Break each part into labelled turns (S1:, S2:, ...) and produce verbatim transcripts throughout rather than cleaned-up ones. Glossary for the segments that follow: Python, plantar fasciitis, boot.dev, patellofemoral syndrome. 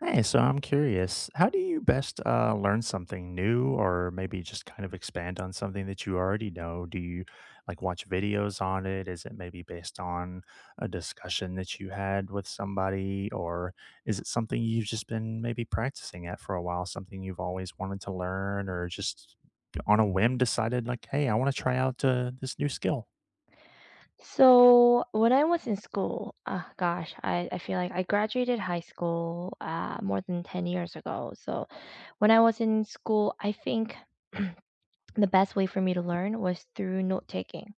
S1: Hey, so I'm curious, how do you best uh, learn something new or maybe just kind of expand on something that you already know? Do you like watch videos on it? Is it maybe based on a discussion that you had with somebody? Or is it something you've just been maybe practicing at for a while, something you've always wanted to learn or just on a whim decided like, hey, I want to try out uh, this new skill?
S2: So when I was in school, ah, gosh, I, I feel like I graduated high school uh, more than ten years ago. So when I was in school, I think the best way for me to learn was through note taking.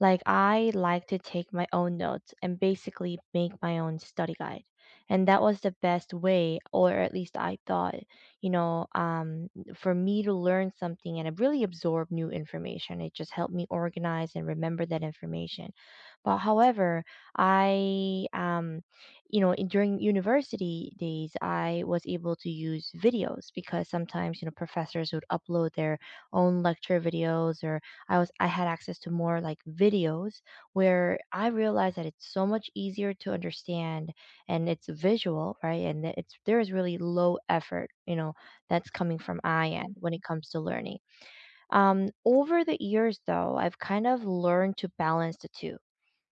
S2: Like I like to take my own notes and basically make my own study guide. And that was the best way, or at least I thought, you know, um, for me to learn something and really absorb new information. It just helped me organize and remember that information. But however, I, um, you know, in- during university days, I was able to use videos because sometimes, you know, professors would upload their own lecture videos, or I was I had access to more like videos where I realized that it's so much easier to understand and it's visual, right? And that it's there is really low effort, you know, that's coming from I end when it comes to learning. Um, over the years, though, I've kind of learned to balance the two,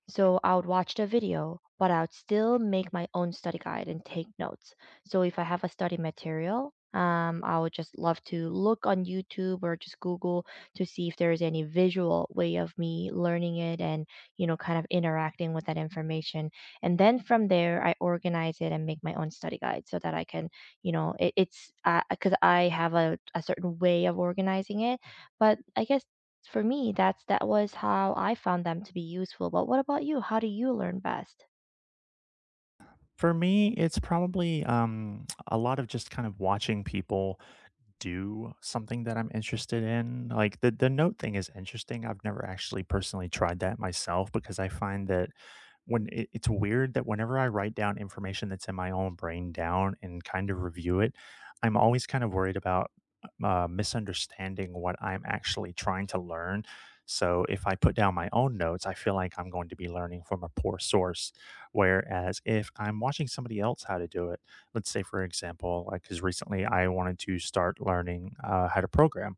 S2: so I would watch the video, but I would still make my own study guide and take notes. So if I have a study material, um, I would just love to look on YouTube or just Google to see if there is any visual way of me learning it and, you know, kind of interacting with that information. And then from there, I organize it and make my own study guide so that I can, you know, it, it's because I have a, a certain way of organizing it. But I guess for me, that's that was how I found them to be useful. But what about you? How do you learn best?
S1: For me, it's probably um, a lot of just kind of watching people do something that I'm interested in. Like the the note thing is interesting. I've never actually personally tried that myself because I find that when it, it's weird that whenever I write down information that's in my own brain down and kind of review it, I'm always kind of worried about uh, misunderstanding what I'm actually trying to learn. So if I put down my own notes, I feel like I'm going to be learning from a poor source. Whereas if I'm watching somebody else how to do it, let's say for example, like because recently I wanted to start learning uh, how to program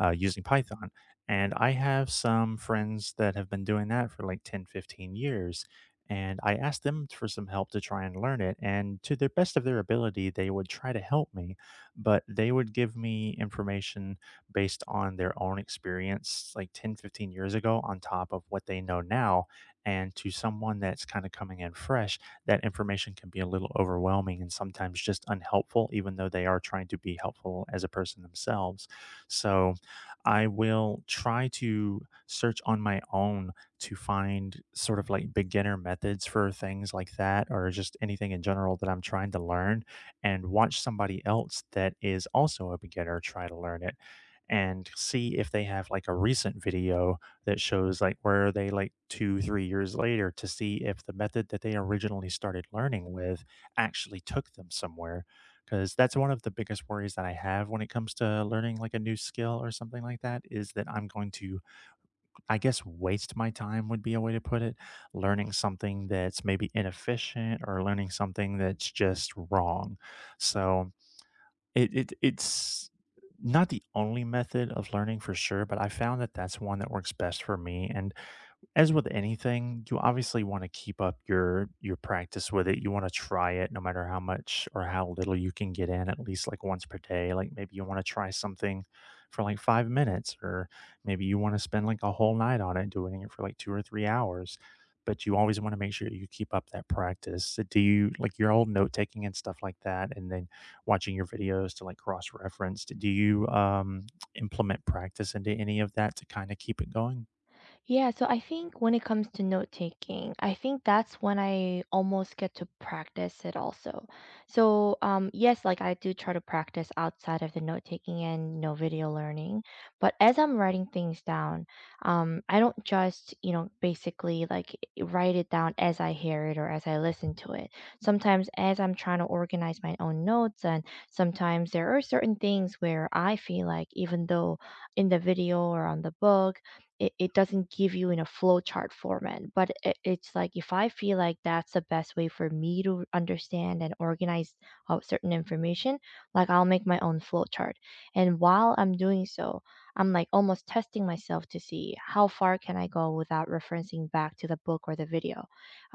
S1: uh, using Python. And I have some friends that have been doing that for like ten, fifteen years. And I asked them for some help to try and learn it. And to the best of their ability, they would try to help me, but they would give me information based on their own experience like ten, fifteen years ago on top of what they know now. And to someone that's kind of coming in fresh, that information can be a little overwhelming and sometimes just unhelpful, even though they are trying to be helpful as a person themselves. So, I will try to search on my own to find sort of like beginner methods for things like that, or just anything in general that I'm trying to learn, and watch somebody else that is also a beginner try to learn it and see if they have like a recent video that shows like where they like two, three years later to see if the method that they originally started learning with actually took them somewhere. Because that's one of the biggest worries that I have when it comes to learning like a new skill or something like that is that I'm going to, I guess, waste my time would be a way to put it, learning something that's maybe inefficient or learning something that's just wrong. So it, it it's not the only method of learning for sure, but I found that that's one that works best for me. And as with anything, you obviously want to keep up your your practice with it. You want to try it no matter how much or how little you can get in, at least like once per day. Like maybe you want to try something for like five minutes, or maybe you want to spend like a whole night on it, doing it for like two or three hours. But you always want to make sure you keep up that practice. So do you like your old note taking and stuff like that, and then watching your videos to like cross reference? Do you um, implement practice into any of that to kind of keep it going?
S2: Yeah, so I think when it comes to note taking, I think that's when I almost get to practice it also. So, um, yes, like I do try to practice outside of the note taking and, you know, video learning, but as I'm writing things down, um, I don't just, you know, basically like i- write it down as I hear it or as I listen to it. Sometimes as I'm trying to organize my own notes, and sometimes there are certain things where I feel like even though in the video or on the book it, it doesn't give you in a flowchart format, but it, it's like if I feel like that's the best way for me to understand and organize uh, certain information, like I'll make my own flowchart. And while I'm doing so, I'm like almost testing myself to see how far can I go without referencing back to the book or the video,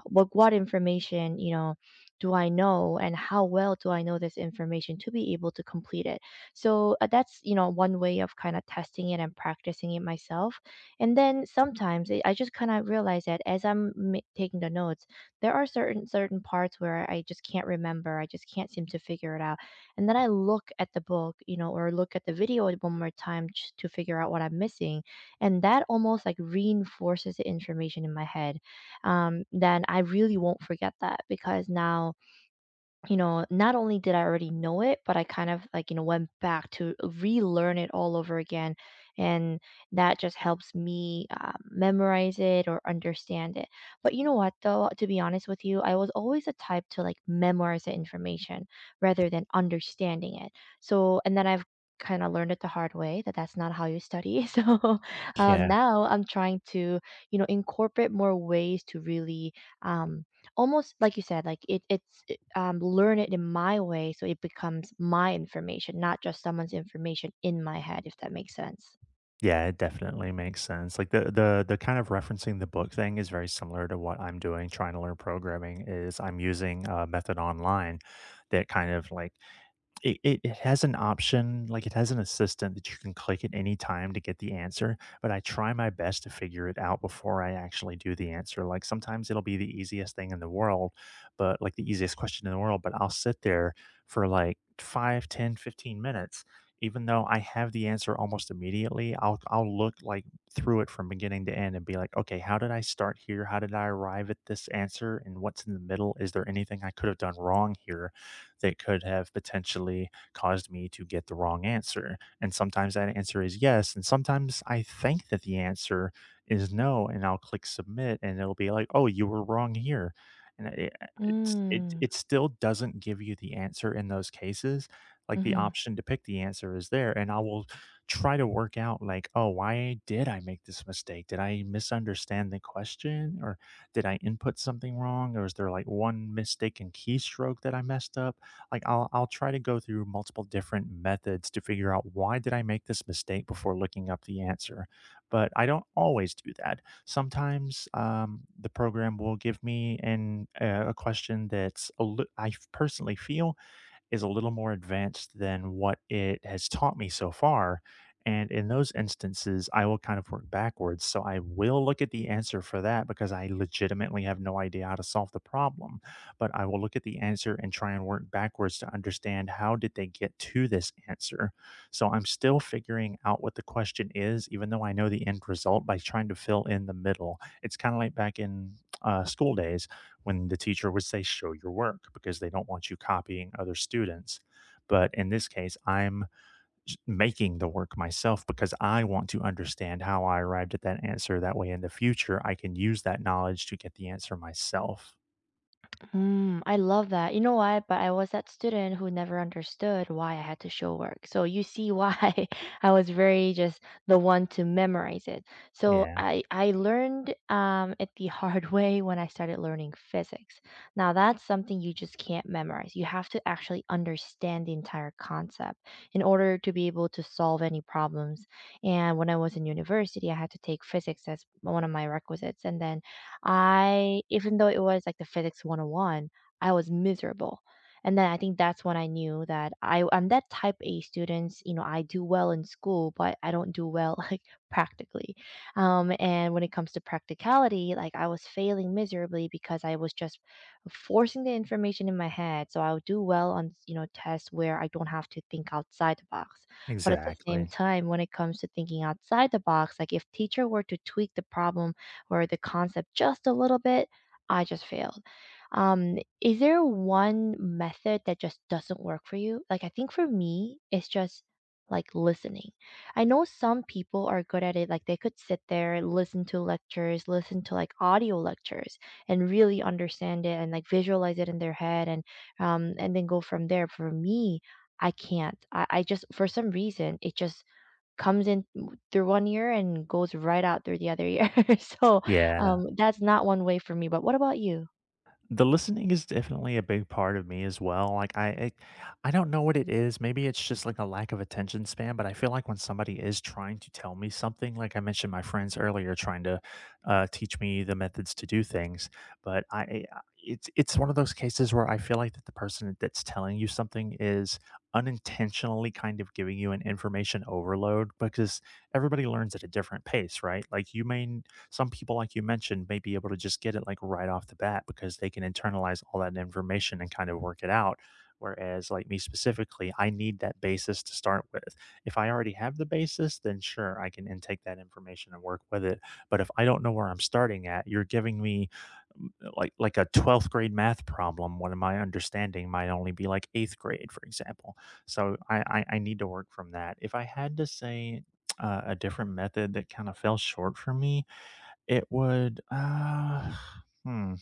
S2: like, what information, you know, do I know and how well do I know this information to be able to complete it? So uh, that's, you know, one way of kind of testing it and practicing it myself. And then sometimes I I just kind of realize that as I'm ma- taking the notes, there are certain certain parts where I just can't remember. I just can't seem to figure it out. And then I look at the book, you know, or look at the video one more time just to figure out what I'm missing. And that almost like reinforces the information in my head, um, then I really won't forget that because now, you know, not only did I already know it, but I kind of like, you know, went back to relearn it all over again. And that just helps me uh, memorize it or understand it. But you know what, though, to be honest with you, I was always the type to like memorize the information rather than understanding it. So, and then I've kind of learned it the hard way that that's not how you study. So um,
S1: Yeah,
S2: now I'm trying to, you know, incorporate more ways to really um, almost like you said, like it, it's, um, learn it in my way so it becomes my information, not just someone's information in my head, if that makes sense.
S1: Yeah, it definitely makes sense. Like the the the kind of referencing the book thing is very similar to what I'm doing trying to learn programming is I'm using a method online that kind of like it it it has an option, like, it has an assistant that you can click at any time to get the answer, but I try my best to figure it out before I actually do the answer, like, sometimes it'll be the easiest thing in the world, but like, the easiest question in the world, but I'll sit there for, like, five, ten, fifteen minutes, even though I have the answer almost immediately, I'll I'll look, like, through it from beginning to end and be like, "Okay, how did I start here? How did I arrive at this answer, and what's in the middle? Is there anything I could have done wrong here?" That could have potentially caused me to get the wrong answer. And sometimes that answer is yes. And sometimes I think that the answer is no. And I'll click submit and it'll be like, oh, you were wrong here. And it, uh, it's, it,
S2: Mm.
S1: it still doesn't give you the answer in those cases. Like the option to pick the answer is there. And I will try to work out, like, oh, why did I make this mistake? Did I misunderstand the question? Or did I input something wrong? Or is there like one mistaken keystroke that I messed up? like I'll I'll try to go through multiple different methods to figure out why did I make this mistake before looking up the answer. But I don't always do that. Sometimes um, the program will give me an uh, a question that's a li- I f- personally feel is a little more advanced than what it has taught me so far. And in those instances, I will kind of work backwards. So I will look at the answer for that because I legitimately have no idea how to solve the problem. But I will look at the answer and try and work backwards to understand how did they get to this answer. So I'm still figuring out what the question is, even though I know the end result by trying to fill in the middle. It's kind of like back in uh, school days when the teacher would say, "Show your work," because they don't want you copying other students. But in this case, I'm s- making the work myself because I want to understand how I arrived at that answer. That way, in the future, I can use that knowledge to get the answer myself.
S2: Mm, I love that. You know what? But I was that student who never understood why I had to show work. So you see why I was very just the one to memorize it. So
S1: Yeah,
S2: I I learned um it the hard way when I started learning physics. Now that's something you just can't memorize. You have to actually understand the entire concept in order to be able to solve any problems. And when I was in university, I had to take physics as one of my requisites, and then I, even though it was like the physics one oh one, I was miserable. And then I think that's when I knew that I I'm that type A students, you know, I do well in school, but I don't do well like practically. Um, and when it comes to practicality, like I was failing miserably because I was just forcing the information in my head. So I would do well on, you know, tests where I don't have to think outside the box. But at the
S1: exactly.
S2: same time, when it comes to thinking outside the box, like if teacher were to tweak the problem or the concept just a little bit, I just failed. Um, is there one method that just doesn't work for you? Like, I think for me, it's just like listening. I know some people are good at it. Like, they could sit there, listen to lectures, listen to like audio lectures, and really understand it and like visualize it in their head and um and then go from there. For me, I can't. I, I just for some reason it just comes in w through one ear and goes right out through the other ear. So,
S1: Yeah.
S2: um, that's not one way for me, but what about you?
S1: The listening is definitely a big part of me as well. Like I, I I don't know what it is. Maybe it's just like a lack of attention span, but I feel like when somebody is trying to tell me something, like I mentioned my friends earlier trying to uh, teach me the methods to do things, but I I- it's it's one of those cases where I feel like that the person that's telling you something is unintentionally kind of giving you an information overload because everybody learns at a different pace, right? Like you may some people, like you mentioned, may be able to just get it like right off the bat because they can internalize all that information and kind of work it out. Whereas, like me specifically, I need that basis to start with. If I already have the basis, then sure, I can intake that information and work with it. But if I don't know where I'm starting at, you're giving me m- like like a twelfth grade math problem when my understanding might only be like eighth grade, for example. So i i, I need to work from that. If I had to say uh, a different method that kind of fell short for me, it would, uh, hmm,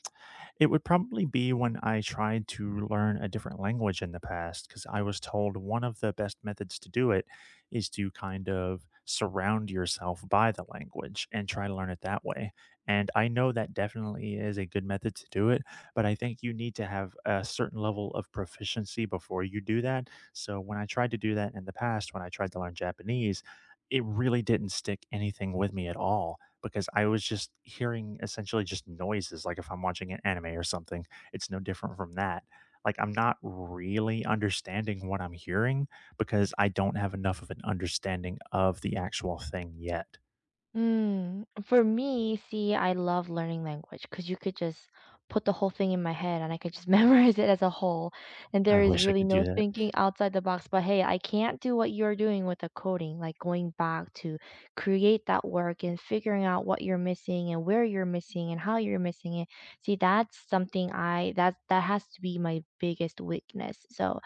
S1: it would probably be when I tried to learn a different language in the past, because I was told one of the best methods to do it is to kind of surround yourself by the language and try to learn it that way. And I know that definitely is a good method to do it, but I think you need to have a certain level of proficiency before you do that. So when I tried to do that in the past, when I tried to learn Japanese, it really didn't stick anything with me at all because I was just hearing essentially just noises, like if I'm watching an anime or something, it's no different from that. Like I'm not really understanding what I'm hearing because I don't have enough of an understanding of the actual thing yet.
S2: Mm, for me, see, I love learning language because you could just put the whole thing in my head and I could just memorize it as a whole. And
S1: I
S2: there is
S1: wish I
S2: really
S1: could do
S2: no
S1: that.
S2: thinking outside the box. But hey, I can't do what you're doing with the coding, like going back to create that work and figuring out what you're missing and where you're missing and how you're missing it. See, that's something I that that has to be my biggest weakness. So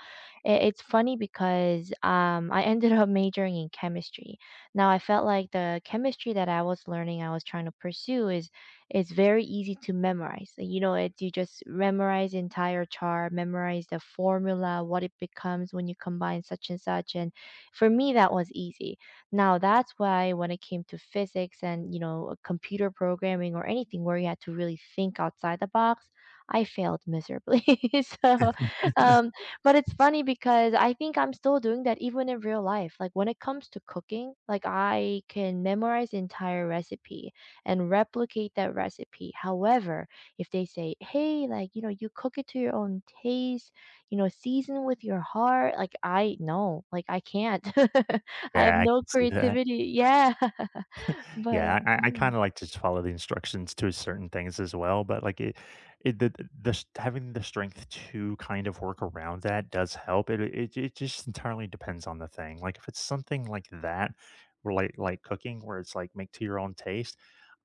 S2: it, it's funny because um I ended up majoring in chemistry. Now I felt like the chemistry that I was learning, I was trying to pursue is is very easy to memorize. You know, it you just memorize the entire chart, memorize the formula, what it becomes when you combine such and such. And for me, that was easy. Now that's why when it came to physics and, you know, computer programming or anything where you had to really think outside the box, I failed miserably. So um, but it's funny because I think I'm still doing that even in real life. Like when it comes to cooking, like I can memorize the entire recipe and replicate that recipe. However, if they say, "Hey, like, you know, you cook it to your own taste, you know, season with your heart." Like I no, like I can't. I have
S1: Yeah, I
S2: no
S1: can see that.
S2: creativity. Yeah. But
S1: Yeah, I I
S2: mhm.
S1: kinda like to just follow the instructions to certain things as well, but, like, it it the the s having the strength to kind of work around that does help. It it it just entirely depends on the thing. Like, if it's something like that, where like like cooking, where it's like, make to your own taste,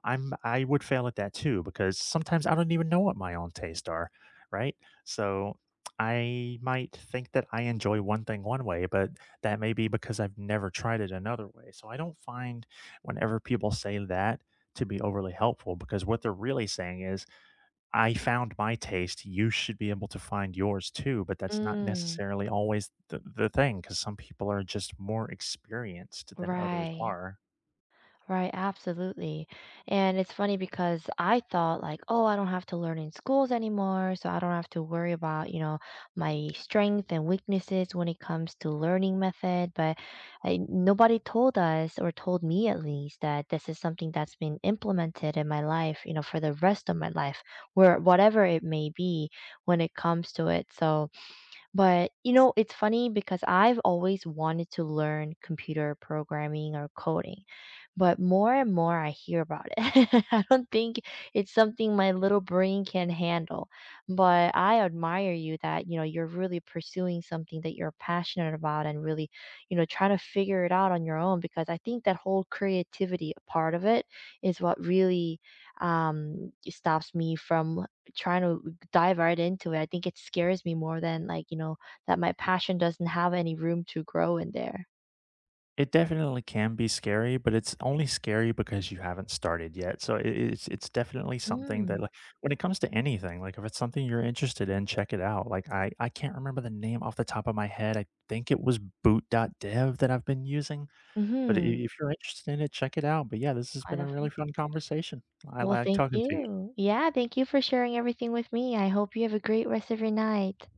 S1: I'm I would fail at that too because sometimes I don't even know what my own tastes are, right? So I might think that I enjoy one thing one way, but that may be because I've never tried it another way. So I don't find whenever people say that to be overly helpful because what they're really saying is I found my taste, you should be able to find yours too, but that's not
S2: Mm,
S1: necessarily always the, the thing because some people are just more experienced than others
S2: right.
S1: are.
S2: Right, absolutely. And it's funny because I thought like, oh, I don't have to learn in schools anymore, so I don't have to worry about, you know, my strength and weaknesses when it comes to learning method, but I, nobody told us, or told me at least, that this is something that's been implemented in my life, you know, for the rest of my life, where whatever it may be when it comes to it. So, but, you know, it's funny because I've always wanted to learn computer programming or coding, but more and more I hear about it, I don't think it's something my little brain can handle. But I admire you that, you know, you're really pursuing something that you're passionate about and really, you know, trying to figure it out on your own, because I think that whole creativity part of it is what really um stops me from trying to dive right into it. I think it scares me more than, like, you know, that my passion doesn't have any room to grow in there.
S1: It definitely can be scary, but it's only scary because you haven't started yet. So it, it's it's definitely something that
S2: Mm.
S1: like when it comes to anything, like if it's something you're interested in, check it out. Like I I can't remember the name off the top of my head. I think it was boot.dev that I've been using, but i-
S2: Mhm.
S1: if you're interested in it, check it out. But yeah, this has
S2: I
S1: been a really
S2: definitely.
S1: fun conversation. I
S2: Well,
S1: like
S2: thank
S1: talking to you.
S2: you. Yeah, thank you for sharing everything with me. I hope you have a great rest of your night.